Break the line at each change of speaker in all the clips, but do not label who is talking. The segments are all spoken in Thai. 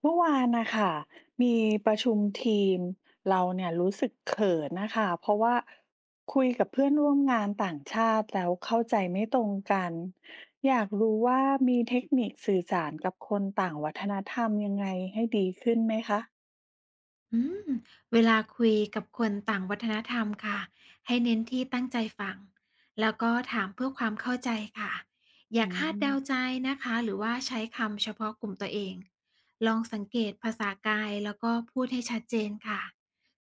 เมื่อวานนะคะมีประชุมทีมเราเนี่ยรู้สึกเขินนะคะเพราะว่าคุยกับเพื่อนร่วมงานต่างชาติแล้วเข้าใจไม่ตรงกันอยากรู้ว่ามีเทคนิคสื่อสารกับคนต่างวัฒนธรรมยังไงให้ดีขึ้นไหมคะ
อืมเวลาคุยกับคนต่างวัฒนธรรมค่ะให้เน้นที่ตั้งใจฟังแล้วก็ถามเพื่อความเข้าใจค่ะอย่า
อื
คาด
ม
เดาใจนะคะหรือว่าใช้คำเฉพาะกลุ่มตัวเองลองสังเกตภาษากายแล้วก็พูดให้ชัดเจนค่ะ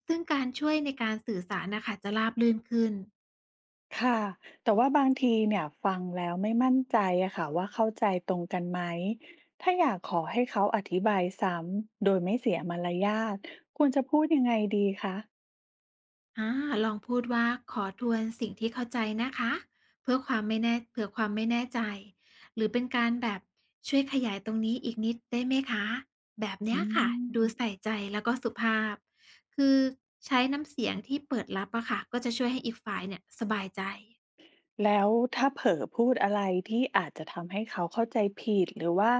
ซึ่งการช่วยในการสื่อสารนะคะจะราบรื่นขึ้น
ค่ะแต่ว่าบางทีเนี่ยฟังแล้วไม่มั่นใจอะค่ะว่าเข้าใจตรงกันไหมถ้าอยากขอให้เขาอธิบายซ้ำโดยไม่เสียมารยาทควรจะพูดยังไงดีคะ
อ่าลองพูดว่าขอทวนสิ่งที่เข้าใจนะคะเผื่อความไม่แน่ใจหรือเป็นการแบบช่วยขยายตรงนี้อีกนิดได้ไหมคะแบบเนี้
อื
ยค่ะดู
ม
ใส่ใจแล้วก็สุภาพคือใช้น้ำเสียงที่เปิดรับอะค่ะก็จะช่วยให้อีกฝ่ายเนี่ยสบายใจ
แล้วถ้าเผลอพูดอะไรที่อาจจะทำให้เขาเข้าใจผิดหรือว่า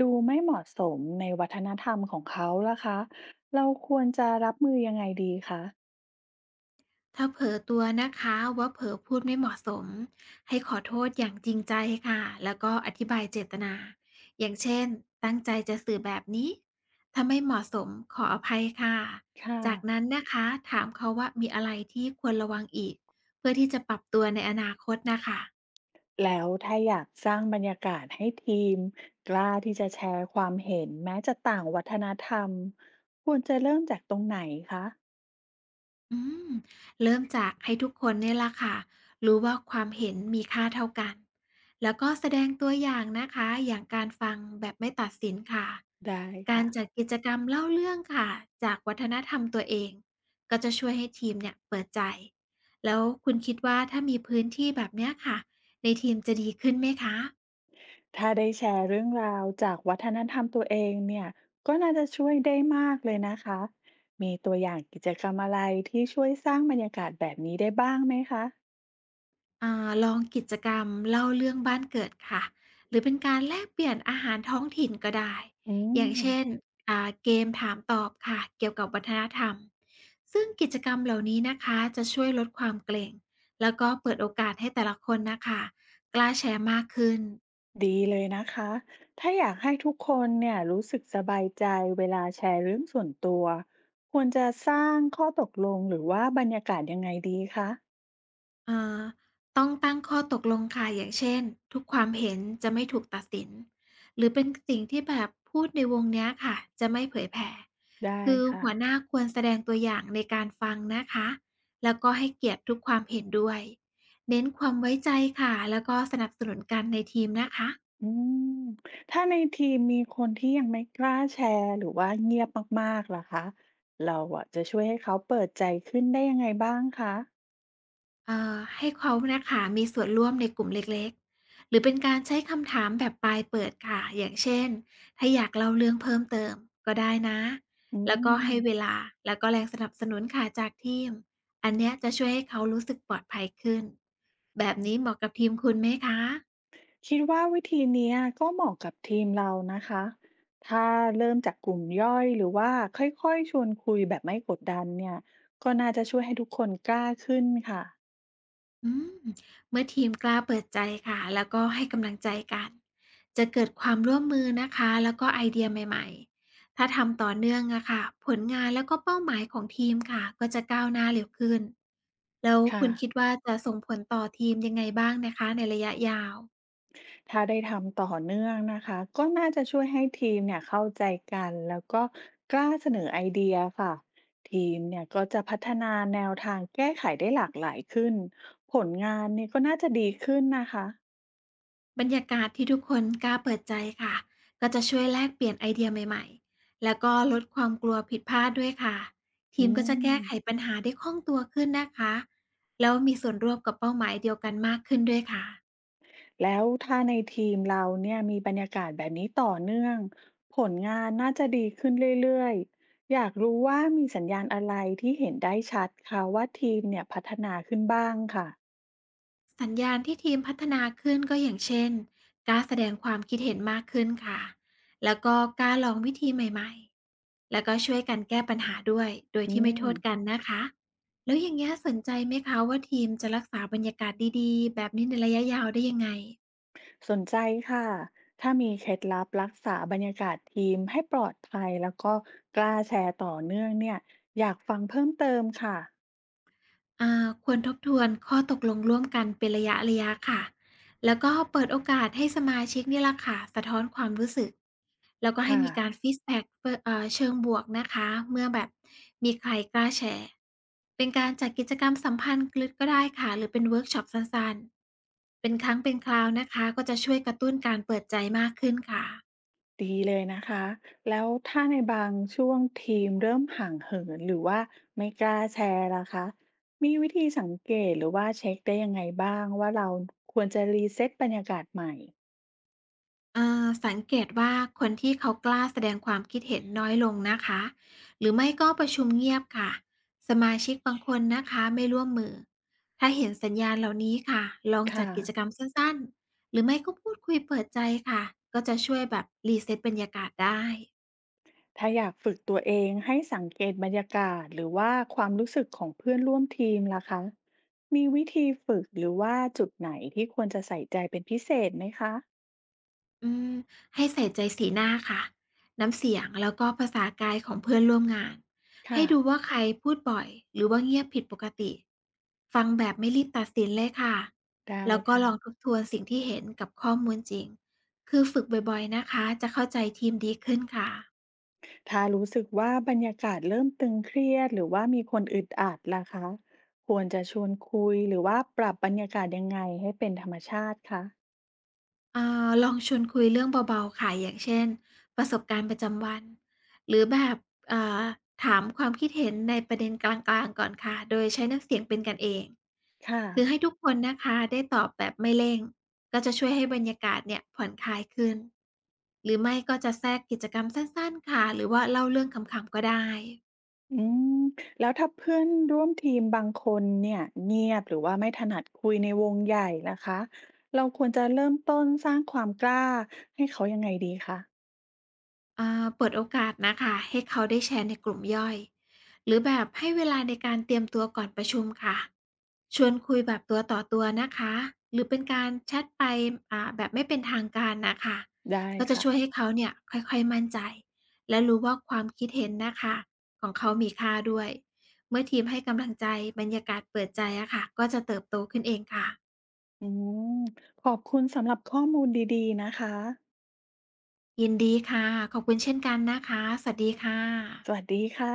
ดูไม่เหมาะสมในวัฒนธรรมของเขาล่ะคะ เราควรจะรับมือยังไงดีคะ
ถ้าเผลอตัวนะคะว่าเผลอพูดไม่เหมาะสมให้ขอโทษอย่างจริงใจค่ะแล้วก็อธิบายเจตนาอย่างเช่นตั้งใจจะสื่อแบบนี้ถ้าไม่เหมาะสมขออภัยค่ะ
ค่ะ
จากนั้นนะคะถามเขาว่ามีอะไรที่ควรระวังอีกเพื่อที่จะปรับตัวในอนาคตนะคะ
แล้วถ้าอยากสร้างบรรยากาศให้ทีมกล้าที่จะแชร์ความเห็นแม้จะต่างวัฒนธรรมควรจะเริ่มจากตรงไหนคะ
อืมเริ่มจากให้ทุกคนเนี่ยล่ะค่ะรู้ว่าความเห็นมีค่าเท่ากันแล้วก็แสดงตัวอย่างนะคะอย่างการฟังแบบไม่ตัดสินค่ะ
ได้
การ
ค่ะ
จัดกิจกรรมเล่าเรื่องค่ะจากวัฒนธรรมตัวเองก็จะช่วยให้ทีมเนี่ยเปิดใจแล้วคุณคิดว่าถ้ามีพื้นที่แบบเนี้ยค่ะในทีมจะดีขึ้นไหมคะ
ถ้าได้แชร์เรื่องราวจากวัฒนธรรมตัวเองเนี่ยก็น่าจะช่วยได้มากเลยนะคะ มีตัวอย่างกิจกรรมอะไรที่ช่วยสร้างบรรยากาศแบบนี้ได้บ้างไหมคะ
ลองกิจกรรมเล่าเรื่องบ้านเกิดค่ะหรือเป็นการแลกเปลี่ยนอาหารท้องถิ่นก็ได้
อื
อย่าง
ม
เช่นเกมถามตอบค่ะเกี่ยวกับวัฒนธรรมซึ่งกิจกรรมเหล่านี้นะคะจะช่วยลดความเกรงแล้วก็เปิดโอกาสให้แต่ละคนนะคะกล้าแชร์มากขึ้น
ดีเลยนะคะ ถ้าอยากให้ทุกคนเนี่ยรู้สึกสบายใจเวลาแชร์เรื่องส่วนตัวควรจะสร้างข้อตกลงหรือว่าบรรยากาศยังไงดีคะ
เอ่อต้องตั้งข้อตกลงค่ะอย่างเช่นทุกความเห็นจะไม่ถูกตัดสินหรือเป็นสิ่งที่แบบพูดในวงเนี้ยค่ะจะไม่เผยแผ่
ได้
คือ
ค่ะ
หัวหน้าควรแสดงตัวอย่างในการฟังนะคะแล้วก็ให้เกียรติทุกความเห็นด้วยเน้นความไว้ใจค่ะแล้วก็สนับสนุนกันในทีมนะคะ
อืมถ้าในทีมมีคนที่ยังไม่กล้าแชร์หรือว่าเงียบมากๆล่ะคะเราอะจะช่วยให้เขาเปิดใจขึ้นได้ยังไงบ้างคะ
ให้เขานะคะมีส่วนร่วมในกลุ่มเล็กๆหรือเป็นการใช้คำถามแบบปลายเปิดค่ะอย่างเช่นถ้าอยากเล่าเรื่องเพิ่มเติมก็ได้นะ
อื
แล้วก็
ม
ให้เวลาแล้วก็แรงสนับสนุนค่ะจากทีมอันเนี้ยจะช่วยให้เขารู้สึกปลอดภัยขึ้นแบบนี้เหมาะกับทีมคุณไหมคะ
คิดว่าวิธีเนี้ยก็เหมาะกับทีมเรานะคะถ้าเริ่มจากกลุ่มย่อยหรือว่าค่อยๆชวนคุยแบบไม่กดดันเนี่ยก็น่าจะช่วยให้ทุกคนกล้าขึ้นค่ะ
อืมเมื่อทีมกล้าเปิดใจค่ะแล้วก็ให้กำลังใจกันจะเกิดความร่วมมือนะคะแล้วก็ไอเดียใหม่ๆถ้าทำต่อเนื่องอะค่ะผลงานแล้วก็เป้าหมายของทีมค่ะก็จะก้าวหน้าเร็วขึ้นแล้ว
ค่ะ
คุณคิดว่าจะส่งผลต่อทีมยังไงบ้างนะคะในระยะยาว
ถ้าได้ทำต่อเนื่องนะคะก็น่าจะช่วยให้ทีมเนี่ยเข้าใจกันแล้วก็กล้าเสนอไอเดียค่ะทีมเนี่ยก็จะพัฒนาแนวทางแก้ไขได้หลากหลายขึ้นผลงานเนี่ยก็น่าจะดีขึ้นนะคะ
บรรยากาศที่ทุกคนกล้าเปิดใจค่ะก็จะช่วยแลกเปลี่ยนไอเดียใหม่ๆแล้วก็ลดความกลัวผิดพลาดด้วยค่ะที
อื
มก็จะ
ม
แก้ไขปัญหาได้คล่องตัวขึ้นนะคะแล้วมีส่วนร่วมกับเป้าหมายเดียวกันมากขึ้นด้วยค่ะ
แล้วถ้าในทีมเราเนี่ยมีบรรยากาศแบบนี้ต่อเนื่องผลงานน่าจะดีขึ้นเรื่อยๆอยากรู้ว่ามีสัญญาณอะไรที่เห็นได้ชัดค่ะว่าทีมเนี่ยพัฒนาขึ้นบ้างค่ะ
สัญญาณที่ทีมพัฒนาขึ้นก็อย่างเช่นกล้าแสดงความคิดเห็นมากขึ้นค่ะแล้วก็กล้าลองวิธีใหม่ๆแล้วก็ช่วยกันแก้ปัญหาด้วยโดย
อื
ที่ไม่โท
ม
ษกันนะคะแล้วอย่างนี้ยสนใจไหมคะว่าทีมจะรักษาบรรยากาศดีๆแบบนี้ในระยะยาวได้ยังไง
สนใจค่ะ ถ้ามีเคล็ดลับรักษาบรรยากาศทีมให้ปลอดภัยแล้วก็กล้าแชร์ต่อเนื่องเนี่ยอยากฟังเพิ่มเติมค่ะ
ควรทบทวนข้อตกลงร่วมกันเป็นระยะระยะค่ะ แล้วก็เปิดโอกาสให้สมาชิกนี่ละค่ะสะท้อนความรู้สึกแล้วก็ให้
ค่ะ
มีการฟีดแ b ็ก k เชิงบวกนะคะเมื่อแบบมีใครกล้าแชร์เป็นการจัดกิจกรรมสัมพันธ์กลึกก็ได้ค่ะหรือเป็นเวิร์กช็อปสั้นๆเป็นครั้งเป็นคราวนะคะก็จะช่วยกระตุ้นการเปิดใจมากขึ้นค่ะ
ดีเลยนะคะ แล้วถ้าในบางช่วงทีมเริ่มห่างเหินหรือว่าไม่กล้าแชร์ล่ะคะ มีวิธีสังเกตหรือว่าเช็คได้ยังไงบ้างว่าเราควรจะรีเซ็ตบรรยากาศใหม่
สังเกตว่าคนที่เขากล้าแสดงความคิดเห็นน้อยลงนะคะหรือไม่ก็ประชุมเงียบค่ะสมาชิกบางคนนะคะไม่ร่วมมือถ้าเห็นสัญญาณเหล่านี้ค่ะลองจัด
ค่ะ
กิจกรรมสั้นๆหรือไม่ก็พูดคุยเปิดใจค่ะก็จะช่วยแบบรีเซ็ตบรรยากาศได้
ถ้าอยากฝึกตัวเองให้สังเกตบรรยากาศหรือว่าความรู้สึกของเพื่อนร่วมทีมล่ะคะมีวิธีฝึกหรือว่าจุดไหนที่ควรจะใส่ใจเป็นพิเศษไหมคะ
อืมให้ใส่ใจสีหน้าค่ะน้ำเสียงแล้วก็ภาษากายของเพื่อนร่วมงานให้
ค่ะ
ดูว่าใครพูดบ่อยหรือว่าเงียบผิดปกติฟังแบบไม่รีบตัดสินเลยค่ะ
ได้
แล้วก็
ค่ะ
ลองทบทวนสิ่งที่เห็นกับข้อมูลจริงคือฝึกบ่อยๆนะคะจะเข้าใจทีมดีขึ้นค่ะ
ถ้ารู้สึกว่าบรรยากาศเริ่มตึงเครียดหรือว่ามีคนอึดอัดล่ะคะควรจะชวนคุยหรือว่าปรับบรรยากาศยังไงให้เป็นธรรมชาติคะ
ลองชวนคุยเรื่องเบาๆค่ะอย่างเช่นประสบการณ์ประจำวันหรือแบบอ่าถามความคิดเห็นในประเด็นกลางๆ ก่อนค่ะ โดยใช้น้ำเสียงเป็นกันเอง
ค่ะ
คือให้ทุกคนนะคะได้ตอบแบบไม่เร่งก็จะช่วยให้บรรยากาศเนี่ยผ่อนคลายขึ้นหรือไม่ก็จะแทรกกิจกรรมสั้นๆค่ะหรือว่าเล่าเรื่องขำๆก็ได้
อืมแล้วถ้าเพื่อนร่วมทีมบางคนเนี่ยเงียบหรือว่าไม่ถนัดคุยในวงใหญ่นะคะเราควรจะเริ่มต้นสร้างความกล้าให้เขายังไงดีคะ
เปิดโอกาสนะคะให้เขาได้แชร์ในกลุ่มย่อยหรือแบบให้เวลาในการเตรียมตัวก่อนประชุมค่ะชวนคุยแบบตัวต่อตัวนะคะหรือเป็นการแชทไปแบบไม่เป็นทางการนะคะ
ได้
ก็จะ
ค่ะ
ช่วยให้เขาเนี่ยค่อยๆมั่นใจและรู้ว่าความคิดเห็นนะคะของเขามีค่าด้วยเมื่อทีมให้กำลังใจบรรยากาศเปิดใจอะค่ะก็จะเติบโตขึ้นเองค่ะ
อืมขอบคุณสำหรับข้อมูลดีๆนะคะ
ยินดีค่ะขอบคุณเช่นกันนะคะสวัสดีค่ะ
สวัสดีค่ะ